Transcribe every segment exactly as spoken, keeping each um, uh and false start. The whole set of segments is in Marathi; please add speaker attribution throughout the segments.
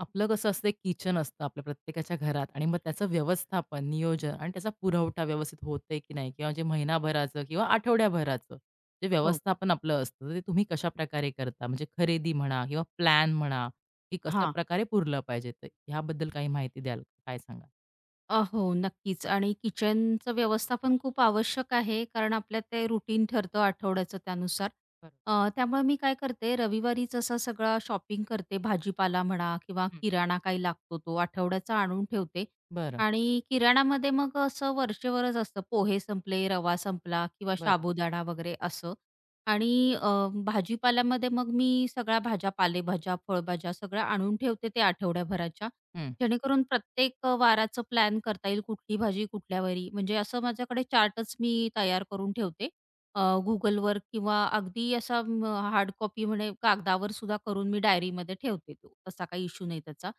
Speaker 1: आपलं कसं असतं एक किचन असतं आपल्या प्रत्येकाच्या घरात आणि मग त्याचं व्यवस्थापन, नियोजन आणि त्याचा पुरवठा व्यवस्थित होतोय की नाही किंवा जे महिनाभराचं किंवा आठवड्याभराचं जे
Speaker 2: हो.
Speaker 1: व्यवस्थापन आपलं असतं, तर ते तुम्ही कशाप्रकारे करता? म्हणजे खरेदी म्हणा किंवा प्लॅन म्हणा, की
Speaker 2: हां.
Speaker 1: कशाप्रकारे पुरलं पाहिजे ते? ह्याबद्दल काही माहिती द्याल? का? काय सांगाल?
Speaker 2: अ, हो, नक्कीच आणि किचनचं व्यवस्थापन खूप आवश्यक आहे, कारण आपल्यात ते रुटीन ठरतं आठवड्याचं त्यानुसार.
Speaker 1: बरोबर.
Speaker 2: अ, त्यामुळे मी काय करते, रविवारीच असं सगळं शॉपिंग करते. भाजीपाला म्हणा किंवा
Speaker 1: हं.
Speaker 2: किराणा काही लागतो तो आठवड्याचा आणून ठेवते
Speaker 1: बरं,
Speaker 2: आणि किराणामध्ये मग असं वरचेवरच असतं. पोहे संपले, रवा संपला किंवा
Speaker 1: बरं.
Speaker 2: साबुदाणा वगैरे असं आणि अ, भाजीपाल्यामध्ये मग मी सगळ्या भाज्या, पालेभाज्या, फळभाज्या सगळ्या आणून ठेवते ते आठवड्याभराच्या
Speaker 1: हं,
Speaker 2: जेणेकरून प्रत्येक अ, वाराचं प्लॅन करता येईल, कुठली भाजी कुठल्या वारी, म्हणजे असं माझ्याकडे चार्टच मी तयार करून ठेवते. अ, Googleवर किंवा अगदी असा म हार्ड कॉपी म्हणे कागदावर सुद्धा करून मी डायरीमध्ये ठेवते तो. तसा काही इश्यू नाही त्याचा.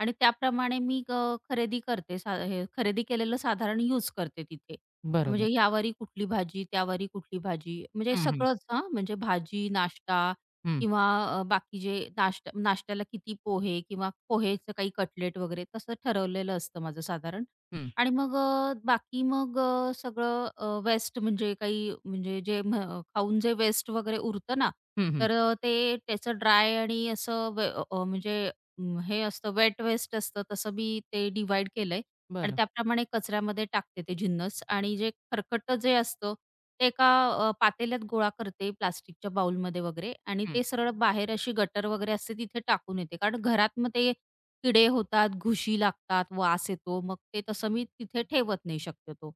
Speaker 2: आणि त्याप्रमाणे मी अ, खरेदी करते. सा हे खरेदी केलेलं साधारण यूज करते तिथे.
Speaker 1: बरोबर.
Speaker 2: म्हणजे ह्यावारी कुठली भाजी, त्यावारी कुठली भाजी. म्हणजे
Speaker 1: हं, हं,
Speaker 2: सगळंच हां, म्हणजे भाजी, नाश्ता
Speaker 1: हं,
Speaker 2: किंवा अ, बाकी जे नाश्ता नाश्त्याला किती पोहे किंवा पोहेचं काही कटलेट वगैरे तसं ठरवलेलं असतं माझं साधारण.
Speaker 1: हं,
Speaker 2: आणि मग अ, बाकी मग अ, सगळं वेस्ट म्हणजे काही म्हणजे जे म्ह खाऊन जे वेस्ट वगैरे उरतं ना,
Speaker 1: हं, हं.
Speaker 2: तर अ, ते त्याचं ड्राय आणि असं वे अ, म्हणजे अं, हे असतं वेट वेस्ट असतं तसं मी ते डिवाइड केलंय आणि
Speaker 1: बरं.
Speaker 2: त्याप्रमाणे कचऱ्यामध्ये टाकते ते जिन्नस आणि जे खरकट जे असतं ते एका अ, पातेल्यात गोळा करते प्लास्टिकच्या बाउलमध्ये वगैरे आणि
Speaker 1: हं,
Speaker 2: ते सरळ बाहेर अशी गटर वगैरे असते तिथे टाकून येते. कारण घरात मग ते किडे होतात, घुशी लागतात, वास येतो. मग ते तसं मी तिथे ठेवत नाही शक्यतो.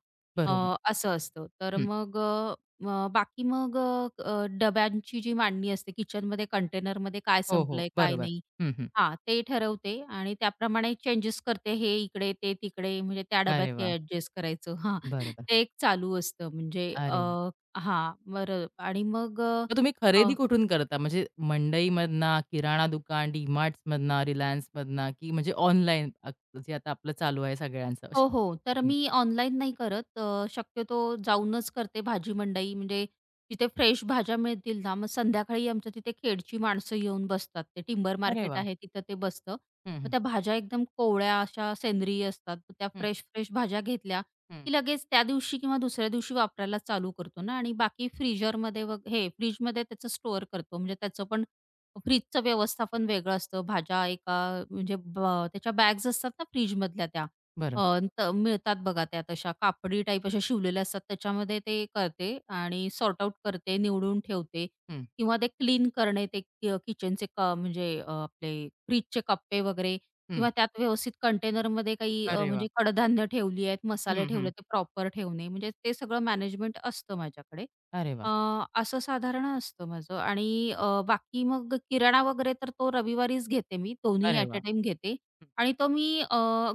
Speaker 2: अ,
Speaker 1: बरोबर.
Speaker 2: असं असतं. तर
Speaker 1: हं.
Speaker 2: मग अ, मग बाकी मग अ, अ, डब्यांची जी मांडणी असते किचनमध्ये कंटेनरमध्ये काय
Speaker 1: हो, हो.
Speaker 2: संपलंय, काय
Speaker 1: बरोबर.
Speaker 2: नाही.
Speaker 1: हं, हं.
Speaker 2: हां, ते ठरवते आणि त्याप्रमाणे चेंजेस करते. हे इकडे, ते तिकडे म्हणजे त्या डब्यात
Speaker 1: अरे वाह!
Speaker 2: हे ॲडजस्ट करायचं. हां,
Speaker 1: बरोबर.
Speaker 2: ते एक चालू असतं म्हणजे अ,
Speaker 1: अरे
Speaker 2: हां, बरं आणि मग
Speaker 1: मग तुम्ही
Speaker 2: अ
Speaker 1: खरेदी कुठून करता? म्हणजे मंडईमधनं, किराणा दुकान, DMartsमधनं, Relianceमधनं की म्हणजे ऑनलाईन अ, जे आता आपलं चालू आहे सगळ्यांचं? अशी
Speaker 2: हो, हो. तर
Speaker 1: हं.
Speaker 2: मी ऑनलाईन नाही करत. अ, शक्यतो जाऊनच करते भाजी मंडई. म्हणजे तिथे फ्रेश भाज्या मिळतील ना, मग संध्याकाळी आमच्या तिथे खेडची माणसं येऊन बसतात. ते टिंबर
Speaker 1: अरे
Speaker 2: मार्केट
Speaker 1: वाह!
Speaker 2: आहे तिथं ते बसतं.
Speaker 1: हं,
Speaker 2: मग
Speaker 1: हं.
Speaker 2: त्या भाज्या एकदम कोवळ्या अशा सेंद्रिय असतात. मग त्या
Speaker 1: हं,
Speaker 2: फ्रेश-फ्रेश भाज्या घेतल्या,
Speaker 1: हं.
Speaker 2: की लगेच त्या दिवशी किंवा दुसऱ्या दिवशी वापरायला चालू करतो ना आणि बाकी फ्रीजरमध्ये वग हे फ्रिजमध्ये त्याचं स्टोअर करतो. म्हणजे त्याचं पण फ्रिजचं व्यवस्थापन वेगळं असतं. भाज्या एका म्हणजे ब त्याच्या बॅग्स असतात ना फ्रिजमधल्या त्या.
Speaker 1: बरं.
Speaker 2: अ, त मिळतात बघा त्या तशा कापडी टाईप अशा शिवलेल्या असतात त्याच्यामध्ये ते करते आणि सॉर्ट आउट करते, निवडून ठेवते
Speaker 1: हं,
Speaker 2: किंवा ते क्लीन करणे ते कि किचनचे क म्हणजे अ, आपले फ्रिजचे कप्पे वगैरे
Speaker 1: हं.
Speaker 2: किंवा त्यात व्यवस्थित कंटेनरमध्ये काही अ,
Speaker 1: अरे वाह!
Speaker 2: म्हणजे कडधान्य ठेवली आहेत, मसाले
Speaker 1: हं, हं.
Speaker 2: ठेवले ते प्रॉपर ठेवणे म्हणजे ते सगळं मॅनेजमेंट असतं माझ्याकडे.
Speaker 1: अरे वाह!
Speaker 2: अ, असं साधारण असतं माझं आणि अ, बाकी मग किराणा वगैरे तर तो रविवारीच घेते मी. दोन्ही
Speaker 1: अरे
Speaker 2: ॲट अ
Speaker 1: वाह!
Speaker 2: टाईम घेते.
Speaker 1: हं.
Speaker 2: आणि तो मी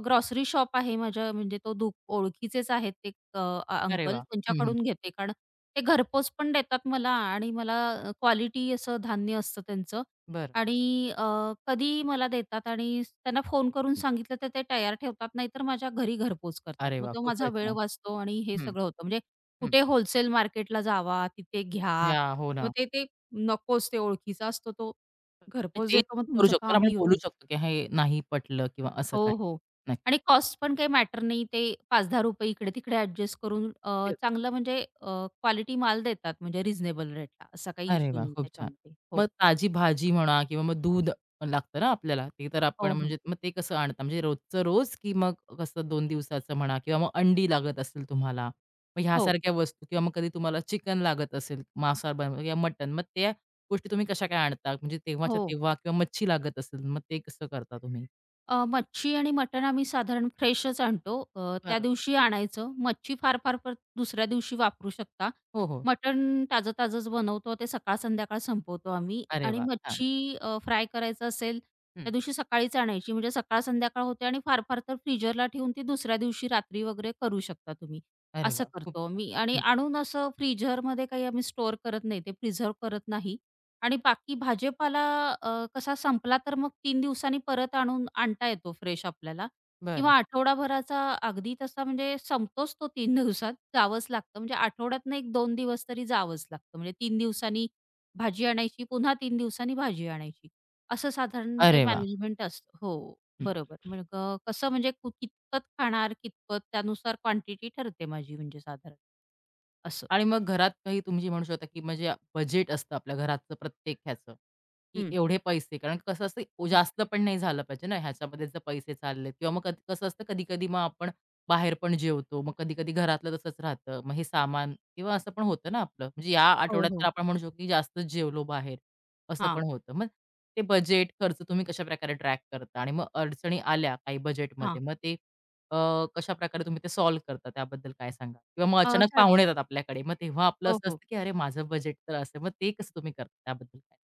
Speaker 2: ग्रॉसरी शॉप आहे माझ्या म्हणजे तो दु ओळखीचेच आहेत ते अ, अ,
Speaker 1: अरे
Speaker 2: अंकल
Speaker 1: वाह! हं, हं.
Speaker 2: त्यांच्याकडून घेते. कारण ते घरपोच पण देतात मला आणि मला क्वालिटी असं धान्य असतं त्यांचं
Speaker 1: बरं.
Speaker 2: आणि अ, कधीही मला देतात आणि त्यांना फोन करून सांगितलं तर ते तयार ठेवतात, नाहीतर माझ्या घरी घरपोच करतात.
Speaker 1: अरे
Speaker 2: मग
Speaker 1: वाह!
Speaker 2: तो माझा
Speaker 1: खूपच
Speaker 2: वेळ
Speaker 1: छान.
Speaker 2: वाचतो आणि हे
Speaker 1: हं,
Speaker 2: सगळं होतं. म्हणजे
Speaker 1: हं.
Speaker 2: कुठे होलसेल मार्केटला जावा, तिथे घ्या.
Speaker 1: या हो
Speaker 2: मग
Speaker 1: ना.
Speaker 2: ते ते नकोच ते ओळखीचा असतो तो
Speaker 1: ते
Speaker 2: घरपोच
Speaker 1: चेंज
Speaker 2: देतो मग
Speaker 1: करू
Speaker 2: तुमचं
Speaker 1: शकतो ना आपण
Speaker 2: कामही
Speaker 1: बोलू
Speaker 2: होतं.
Speaker 1: शकतो की हे नाही पटलं किंवा असं काही.
Speaker 2: हो, हो.
Speaker 1: नक्कीच.
Speaker 2: आणि कॉस्ट पण काही मॅटर नाही. ते ₹पाच दहा इकडे-तिकडे ॲडजस्ट करून अ,
Speaker 1: ते
Speaker 2: चांगलं म्हणजे क्वालिटी माल देतात म्हणजे रिझनेबल रेटला. असा काही
Speaker 1: अरे
Speaker 2: इश्यू
Speaker 1: वाह!
Speaker 2: नाही
Speaker 1: खूप छान.
Speaker 2: त्याच्यामध्ये. हो.
Speaker 1: मग ताजी भाजी म्हणा किंवा मग दूध लागतं ना आपल्याला, ते तर आपण
Speaker 2: हो, हो.
Speaker 1: म्हणजे मग ते कसं आणता? म्हणजे रोजचं रोज की मग कसं दोन दिवसाचं म्हणा किंवा मग अंडी लागत असतील तुम्हाला, मग
Speaker 2: हो,
Speaker 1: ह्यासारख्या वस्तू किंवा मग कधी तुम्हाला चिकन लागत असेल, मांसाहार बनवायला किंवा मटण, मग त्या गोष्टी तुम्ही कशा काय आणता? म्हणजे तेव्हाच्या
Speaker 2: हो.
Speaker 1: तेव्हा किंवा मच्छी लागत असेल, मग ते कसं करता तुम्ही?
Speaker 2: अ, मच्छी आणि मटण आम्ही साधारण फ्रेशच आणतो. अ, त्या
Speaker 1: बरोबर.
Speaker 2: दिवशी आणायचं. मच्छी फार-फार तर दुसऱ्या दिवशी वापरू शकता.
Speaker 1: हो, हो.
Speaker 2: मटण ताजं-ताजंच बनवतो. ते सकाळ-संध्याकाळ संपवतो आम्ही
Speaker 1: अरे
Speaker 2: आणि
Speaker 1: वाह! छान.
Speaker 2: मच्छी अ, फ्राय करायचं असेल,
Speaker 1: हं.
Speaker 2: त्या दिवशी सकाळीच आणायची. म्हणजे सकाळ-संध्याकाळ होते आणि फार-फार तर फ्रीजरला ठेवून ती दुसऱ्या दिवशी रात्री वगैरे करू शकता तुम्ही.
Speaker 1: अरे
Speaker 2: असं
Speaker 1: वाह! खूप
Speaker 2: करतो मी आणि
Speaker 1: हं.
Speaker 2: आणून असं फ्रीजरमध्ये काही आम्ही स्टोअर करत नाही. ते प्रिझर्व्ह करत नाही आणि बाकी भाजीपाला अ, कसा संपला तर मग तीन दिवसांनी परत आणून आणता येतो फ्रेश आपल्याला. किंवा
Speaker 1: बरं.
Speaker 2: आठवडाभराचा अगदी तसा म्हणजे संपतोच तो तीन दिवसात, जावंच लागतं. म्हणजे आठवड्यातनं एक दोन दिवस तरी जावंच लागतं. म्हणजे तीन दिवसांनी भाजी आणायची, पुन्हा तीन दिवसांनी भाजी आणायची. असं साधारण ते
Speaker 1: अरे वाह!
Speaker 2: मॅनेजमेंट असतं. हो, बरोबर. मग अ, कसं म्हणजे कु कितपत खाणार, कितपत त्यानुसार क्वांटिटी ठरते माझी म्हणजे साधारण. असं.
Speaker 1: आणि मग घरात काही तुम्ही म्हणू शकता, की म्हणजे बजेट असतं आपल्या घराचं प्रत्येक ह्याचं, की
Speaker 2: हं.
Speaker 1: एवढे पैसे. कारण कसं असतं ओ- जास्त पण नाही झालं पाहिजे ना, ह्याच्यामध्ये जर पैसे चालले किंवा मग कधी कसं असतं कधी-कधी मग आपण बाहेर पण जेवतो. मग कधी-कधी घरातलं तसंच राहतं. मग हे सामान किंवा असं पण होतं ना आपलं. म्हणजे या
Speaker 2: हो,
Speaker 1: आठवड्यात तर
Speaker 2: हो.
Speaker 1: आपण म्हणू शकतो, की जास्तच जेवलो बाहेर, असं
Speaker 2: हां,
Speaker 1: पण होतं. मग ते बजेट खर्च तुम्ही कशाप्रकारे ट्रॅक करता आणि मग अडचणी आल्या काही बजेटमध्ये,
Speaker 2: हां.
Speaker 1: मग ते अ, कशाप्रकारे तुम्ही ते सॉल्व्ह करता त्याबद्दल काय सांगाल? किंवा मग
Speaker 2: अ,
Speaker 1: अचानक
Speaker 2: साध
Speaker 1: पाहुणे येतात आपल्याकडे, मग तेव्हा आपलं
Speaker 2: हो,
Speaker 1: असं
Speaker 2: हो.
Speaker 1: असतं, की "अरे, माझं बजेट तर असं." मग ते कसं तुम्ही करता त्याबद्दल काय?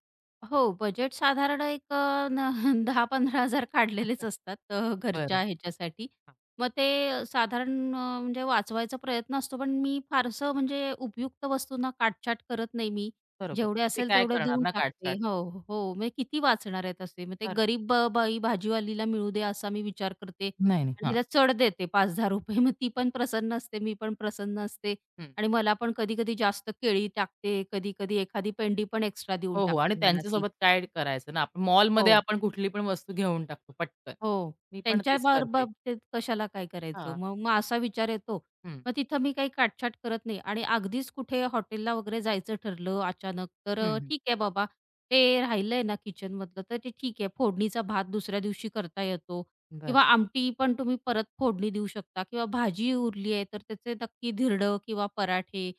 Speaker 2: हो, बजेट साधारण एक अ, न दहा हजार-पंधरा हजार काढलेलेच असतात अ, घरच्या
Speaker 1: बरं.
Speaker 2: ह्याच्यासाठी.
Speaker 1: हां,
Speaker 2: मग ते साधारण अ, म्हणजे वाचवायचा प्रयत्न असतो, पण मी फारसं म्हणजे उपयुक्त वस्तूंना काटछाट करत नाही मी.
Speaker 1: बरोबर.
Speaker 2: जेवढे
Speaker 1: तिथे
Speaker 2: असेल
Speaker 1: काय
Speaker 2: तेवढे
Speaker 1: करणार
Speaker 2: देऊन
Speaker 1: ना
Speaker 2: टाकते.
Speaker 1: काटछाट.
Speaker 2: हो, हो. म्हणजे किती वाचणार आहेत असे? मग ते
Speaker 1: बरोबर.
Speaker 2: गरीब अ, बाई भाजीवालीला मिळू दे असा मी विचार करते
Speaker 1: नाही, नाही.
Speaker 2: आणि
Speaker 1: हां.
Speaker 2: तिला चढ देते ₹पाच दहा मग ती पण प्रसन्न असते, मी पण प्रसन्न असते
Speaker 1: हं.
Speaker 2: आणि मला पण कधी-कधी जास्त केळी टाकते, कधी-कधी एखादी पेंडी पण एक्स्ट्रा देऊन
Speaker 1: हो, हो. आणि
Speaker 2: टाकते मला
Speaker 1: त्यांच्यासोबत काय करायचं ना, आपण मॉलमध्ये
Speaker 2: हो,
Speaker 1: आपण कुठली पण वस्तू घेऊन टाकतो पटकन.
Speaker 2: हो.
Speaker 1: मी पण तेच
Speaker 2: त्यांच्याबरोबर
Speaker 1: करते.
Speaker 2: ते कशाला काय करायचं?
Speaker 1: हां.
Speaker 2: मग मग असा विचार येतो.
Speaker 1: हं.
Speaker 2: मग तिथं मी काही काटछाट करत नाही आणि अगदीच कुठे हॉटेलला वगैरे जायचं ठरलं अचानक, तर
Speaker 1: हं,
Speaker 2: अ,
Speaker 1: हं.
Speaker 2: ठीक आहे बाबा, हे राहिलंय ना किचनमधलं, तर ते ठीक आहे. फोडणीचा भात दुसऱ्या दिवशी करता येतो किंवा
Speaker 1: बरं,
Speaker 2: आमटी पण तुम्ही परत फोडणी देऊ शकता किंवा भाजी उरली आहे, तर त्याचे नक्की धिरडं किंवा पराठे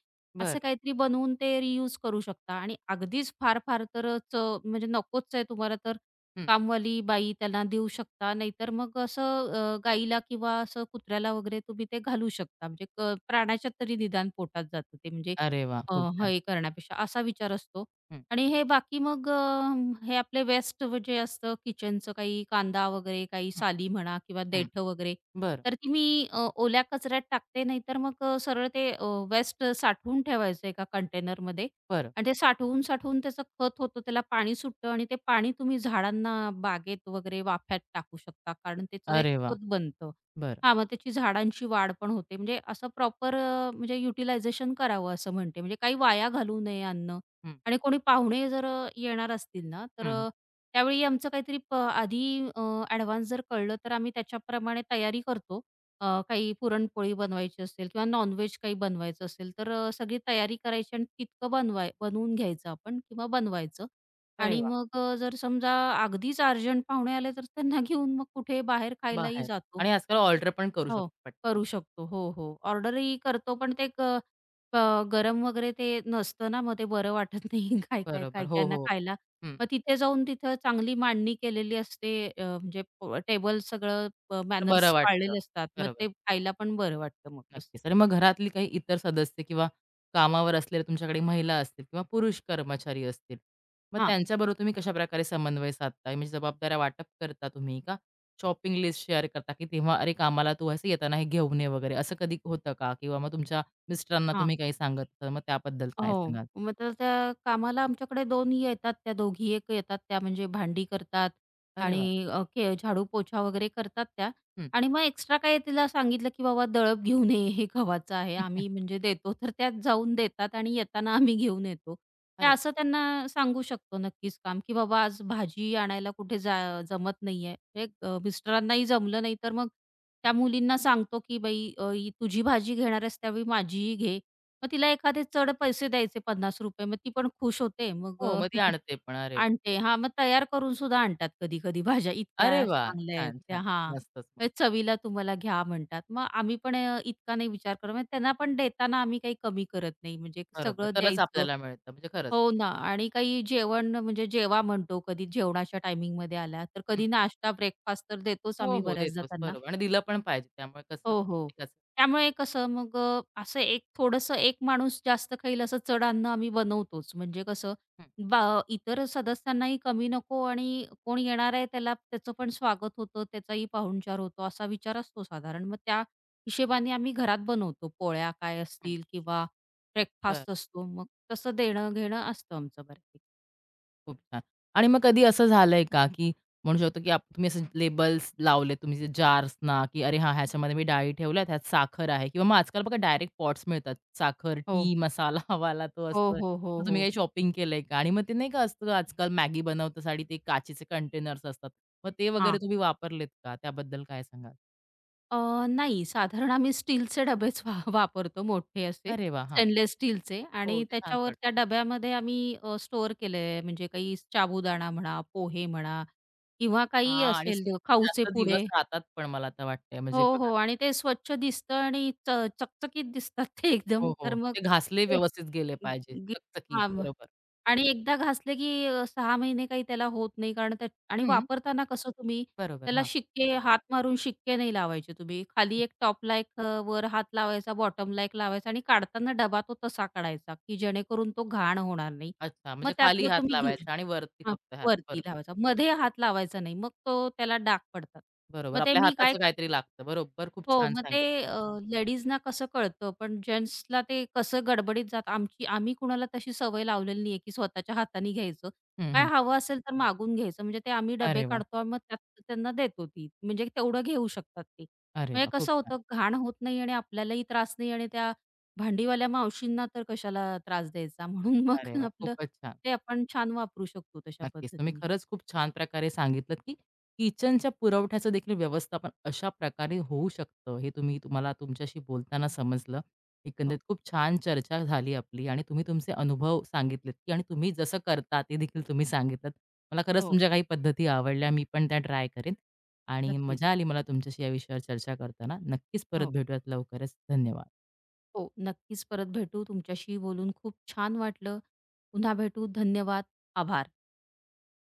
Speaker 2: असं
Speaker 1: बरं.
Speaker 2: काहीतरी बनवून ते रियूज करू शकता आणि अगदीच फार-फार तर च म्हणजे नकोच आहे तुम्हाला तर
Speaker 1: हं.
Speaker 2: कामवाली बाई त्यांना देऊ शकता. नाहीतर मग असं अ, गाईला किंवा असं कुत्र्याला वगैरे तुम्ही ते घालू शकता. म्हणजे क प्राण्याच्या तरी निदान पोटात जातं ते म्हणजे
Speaker 1: अरे वाह!
Speaker 2: अ,
Speaker 1: खूप छान.
Speaker 2: हे करण्यापेक्षा असा विचार असतो.
Speaker 1: हं,
Speaker 2: आणि हे बाकी मग अ, हे आपले वेस्ट जे असतं किचनचं काही कांदा वगैरे, काही
Speaker 1: हं,
Speaker 2: साली म्हणा किंवा
Speaker 1: हं.
Speaker 2: देठं वगैरे,
Speaker 1: बरं,
Speaker 2: तर ती मी अ, ओल्या कचऱ्यात टाकते. नाहीतर मग अ, सरळ ते वेस्ट साठवून ठेवायचं एका कंटेनरमध्ये
Speaker 1: बरं.
Speaker 2: आणि ते साठवून-साठवून त्याचं खत होतं, त्याला पाणी सुटतं आणि ते पाणी तुम्ही झाडांना, बागेत वगैरे वाफ्यात टाकू शकता, कारण त्याचं एक
Speaker 1: अरे वाह!
Speaker 2: खत बनतं.
Speaker 1: बरं.
Speaker 2: हां, मग त्याची झाडांची वाढ पण होते. म्हणजे असं प्रॉपर अ, म्हणजे युटिलायझेशन करावं असं म्हणते. म्हणजे काही वाया घालवू नये अन्न
Speaker 1: हं,
Speaker 2: आणि कोणी पाहुणे जर अ, येणार असतील ना, तर
Speaker 1: हं.
Speaker 2: अ, त्यावेळी आमचं काहीतरी प आधी ॲडव्हान्स जर कळलं, तर आम्ही त्याच्याप्रमाणे तयारी करतो. अ, काही पुरणपोळी बनवायची असेल किंवा नॉनव्हेज काही बनवायचं असेल, तर अ, सगळी तयारी करायची आणि तितकं बनवाय बनवून घ्यायचं आपण किंवा बनवायचं.
Speaker 1: अरे
Speaker 2: आणि
Speaker 1: वाह!
Speaker 2: मग अ, जर समजा अगदीच अर्जंट पाहुणे आले, तर त्यांना घेऊन मग कुठे बाहेर खायलाही
Speaker 1: बाहेर
Speaker 2: जातो.
Speaker 1: आणि आजकाल ऑर्डर पण करू
Speaker 2: हो,
Speaker 1: शकतो पटकन.
Speaker 2: करू शकतो. हो, हो. ऑर्डरही करतो पण ते ग अ, गरम वगैरे ते नसतं ना, मग ते बरं वाटत नाही काय-काय,
Speaker 1: बरोबर. हो,
Speaker 2: काय-कायांना
Speaker 1: हो.
Speaker 2: खायला.
Speaker 1: हं.
Speaker 2: मग तिथे जाऊन तिथं चांगली मांडणी केलेली असते अ, म्हणजे टेबल सगळं
Speaker 1: तर बरं
Speaker 2: मॅनर्स
Speaker 1: वाटतं.
Speaker 2: पाळलेले असतात. मग
Speaker 1: बरोबर.
Speaker 2: ते खायला पण बरं वाटतं मग असं.
Speaker 1: नक्कीच. आणि मग घरातली काही इतर सदस्य किंवा कामावर असलेल्या तुमच्याकडे महिला असतील किंवा पुरुष कर्मचारी असतील, मग त्यांच्याबरोबर तुम्ही कशाप्रकारे समन्वय साधता? म्हणजे जबाबदाऱ्या वाटप करता तुम्ही का शॉपिंग लिस्ट शेअर करता, की तेव्हा "अरे, कामाला तू असं येताना हे घेऊन ये" वगैरे असं कधी होतं का? किंवा मग तुमच्या मिस्टरांना
Speaker 2: हां.
Speaker 1: तुम्ही काही सांगत असाल, मग त्याबद्दल काय
Speaker 2: हो.
Speaker 1: सांगाल?
Speaker 2: मग तर त्या कामाला आमच्याकडे दोन येतात त्या दोघी. एक येतात त्या म्हणजे भांडी करतात
Speaker 1: अरे वाह!
Speaker 2: आणि अ, के झाडू पोछा वगैरे करतात त्या
Speaker 1: हं.
Speaker 2: आणि मग एक्स्ट्रा काय तिला सांगितलं, की बाबा दळप घेऊन ये, हे गव्हाचं आहे. आम्ही म्हणजे देतो, तर त्यात जाऊन देतात आणि येताना आम्ही घेऊन येतो. तर
Speaker 1: अरे वाह!
Speaker 2: असं त्यांना सांगू शकतो नक्कीच काम, की बाबा आज भाजी आणायला कुठे जा जमत नाहीये. हे अ, मिस्टरांनाही जमलं नाही, तर मग
Speaker 1: हं.
Speaker 2: त्या मुलींना सांगतो, की "बाई अ, ही तुझी भाजी घेणार आहेस त्यावेळी माझीही घे." मग तिला एखादे चढ पैसे द्यायचे ₹पन्नास मग ती पण खुश होते. मग
Speaker 1: हो,
Speaker 2: अ,
Speaker 1: मग ती आणते पण. अरे वाह!
Speaker 2: आणते. हां, मग तयार करून सुद्धा आणतात कधी-कधी भाज्या इतक्या
Speaker 1: अरे वाह!
Speaker 2: चांगल्या आहेत
Speaker 1: छान,
Speaker 2: त्या.
Speaker 1: छान.
Speaker 2: हां,
Speaker 1: मस्तच,
Speaker 2: "हे
Speaker 1: मस्त.
Speaker 2: चवीला तुम्हाला घ्या" म्हणतात. मग आम्ही पण अ, इतका नाही विचार करत. म्हणजे त्यांना पण देताना आम्ही काही कमी करत नाही. म्हणजे
Speaker 1: बरोबर.
Speaker 2: सगळं
Speaker 1: तरच
Speaker 2: द्यायचं.
Speaker 1: आपल्याला मिळतं म्हणजे खरंच.
Speaker 2: हो ना. आणि काही जेवण म्हणजे जेवा म्हणतो, कधी जेवणाच्या टायमिंगमध्ये आला, तर
Speaker 1: हं.
Speaker 2: कधी नाश्ता, ब्रेकफास्ट तर देतोच
Speaker 1: हो,
Speaker 2: आम्ही
Speaker 1: हो.
Speaker 2: बऱ्याचदा
Speaker 1: देतोच.
Speaker 2: त्यांना.
Speaker 1: बरोबर आणि दिलं पण पाहिजे. त्यामुळे कसं
Speaker 2: हो, हो.
Speaker 1: ते कसं.
Speaker 2: त्यामुळे कसं मग अ, असं एक थोडंसं एक माणूस जास्त खाईल असं चढ अन्न आम्ही बनवतोच. म्हणजे कसं
Speaker 1: हं.
Speaker 2: बा इतर सदस्यांनाही कमी नको आणि कोण येणार आहे त्याला त्याचं पण स्वागत होतं, त्याचाही पाहुणचार होतो असा विचार असतो साधारण. मग त्या हिशोबाने आम्ही घरात बनवतो. पोळ्या काय
Speaker 1: हं.
Speaker 2: असतील किंवा
Speaker 1: बरं.
Speaker 2: ब्रेकफास्ट असतो. मग तसं देणं-घेणं असतं आमचं बऱ्यापैकी.
Speaker 1: खूप छान. आणि मग कधी असं झालंय का, की म्हणू शकतो, की आप तुम्ही असे लेबल्स लावले तुम्ही जे जार्स ना की अरे हां, ह्याच्यामध्ये मी डाळी ठेवल्यात, ह्यात साखर आहे किंवा मग आजकाल बघा डायरेक्ट पॉट्स मिळतात. साखर,
Speaker 2: हो.
Speaker 1: टी मसाला वाला तो
Speaker 2: हो,
Speaker 1: असतोय.
Speaker 2: हो, हो,
Speaker 1: तर
Speaker 2: हो.
Speaker 1: तुम्ही काही शॉपिंग केलंय का? आणि मग ते नाही का असतं आजकाल मॅगी बनवतासाठी ते काचेचे कंटेनर्स असतात. मग ते वगैरे तुम्ही वापरलेत का? त्याबद्दल काय सांगाल?
Speaker 2: अ, नाही, साधारण आम्ही स्टीलचे डबेच वा वापरतो मोठे असे,
Speaker 1: अरे वाह! हां.
Speaker 2: स्टेनलेस स्टीलचे
Speaker 1: हो,
Speaker 2: आणि
Speaker 1: ते छान
Speaker 2: त्याच्यावर त्या
Speaker 1: पडतात.
Speaker 2: डब्यामध्ये आम्ही अ, स्टोअर केलंय म्हणजे काही साबुदाणा म्हणा, पोहे म्हणा किंवा काहीही
Speaker 1: हां आणि
Speaker 2: असेल द-
Speaker 1: स्टीलचे
Speaker 2: खाऊचे
Speaker 1: जास्त दिवस
Speaker 2: पुडे
Speaker 1: राहतात पण मला आता वाटतंय म्हणजे
Speaker 2: हो,
Speaker 1: बघा
Speaker 2: हो
Speaker 1: ना
Speaker 2: आणि ते स्वच्छ दिसतं आणि च चकचकीत दिसतात ते
Speaker 1: हो,
Speaker 2: एकदम. तर
Speaker 1: हो.
Speaker 2: मग
Speaker 1: ते घासले
Speaker 2: ते
Speaker 1: व्यवस्थित गेले पाहिजे चकचकीत.
Speaker 2: हां.
Speaker 1: बरोबर.
Speaker 2: आणि एकदा घासले की अ, सहा महिने काही त्याला होत नाही कारण त्या आणि
Speaker 1: हं,
Speaker 2: वापरताना कसं तुम्ही
Speaker 1: बरोबर.
Speaker 2: त्याला
Speaker 1: हां.
Speaker 2: शिक्के हात मारून शिक्के नाही लावायचे तुम्ही. खाली
Speaker 1: हं.
Speaker 2: एक टॉपला एक अ, वर हात लावायचा, बॉटमला एक लावायचा आणि काढताना डबा तो तसा काढायचा, की जेणेकरून तो घाण होणार नाही.
Speaker 1: अच्छा,
Speaker 2: मग
Speaker 1: म्हणजे खाली
Speaker 2: त्यातलं
Speaker 1: हात
Speaker 2: तुम्ही घेऊ
Speaker 1: लावायचा आणि वरती
Speaker 2: शकता. हां,
Speaker 1: फक्त हात.
Speaker 2: वरती
Speaker 1: बरोबर.
Speaker 2: लावायचा. मध्ये हात लावायचा नाही. मग तो त्याला डाग पडतात.
Speaker 1: बरोबर.
Speaker 2: मग ते
Speaker 1: आपल्या
Speaker 2: मी काय
Speaker 1: हाताचं
Speaker 2: करते
Speaker 1: काहीतरी लागतं. बरोबर. खूप
Speaker 2: हो,
Speaker 1: छान
Speaker 2: मग ते
Speaker 1: सांगितलं.
Speaker 2: अ, लेडीजना कसं कळतं, पण जेंट्सला ते कसं गडबडीत जात आमची आम्ही कुणाला तशी सवय लावलेली नाहीये, की स्वतःच्या हाताने घ्यायचं.
Speaker 1: हं,
Speaker 2: काय
Speaker 1: हं.
Speaker 2: हवं असेल तर मागून घ्यायचं. म्हणजे ते आम्ही डबे
Speaker 1: अरे वाह!
Speaker 2: काढतो, आणि मग त्यात त्यांना देतो ती. म्हणजे तेवढं घेऊ शकतात ते.
Speaker 1: अरे
Speaker 2: म्हणजे
Speaker 1: वाह! खूप
Speaker 2: कसं
Speaker 1: छान.
Speaker 2: होतं, घाण होत नाही आणि आपल्यालाही त्रास नाही आणि त्या भांडीवाल्या मावशींना तर कशाला त्रास द्यायचा. म्हणून मग
Speaker 1: अरे वाह!
Speaker 2: आपलं
Speaker 1: खूपच छान.
Speaker 2: ते आपण छान वापरू शकतो तशा
Speaker 1: नक्कीच. तुम्ही
Speaker 2: पद्धतीने.
Speaker 1: खरंच खूप छान प्रकारे सांगितलत, की किचनच्या पुरवठ्याचं देखील व्यवस्थापन अशा प्रकारे होऊ शकतं. हे तुम्ही तुम्हाला तुमच्याशी बोलताना समजलं. एकंदरीत
Speaker 2: हो.
Speaker 1: खूप छान चर्चा झाली आपली आणि तुम्ही तुमचे अनुभव सांगितलेत, की आणि तुम्ही जसं करता ते देखील तुम्ही सांगितलत. मला खरंच
Speaker 2: हो,
Speaker 1: तुमच्या काही पद्धती आवडल्या. मी पण त्या ट्राय करेन आणि
Speaker 2: नक्कीच.
Speaker 1: मजा आली मला तुमच्याशी या विषयावर चर्चा करताना. नक्कीच परत
Speaker 2: हो.
Speaker 1: भेटूयात लवकरच. धन्यवाद.
Speaker 2: हो, नक्कीच परत भेटू. तुमच्याशी बोलून खूप छान वाटलं. पुन्हा भेटू. धन्यवाद. आभार.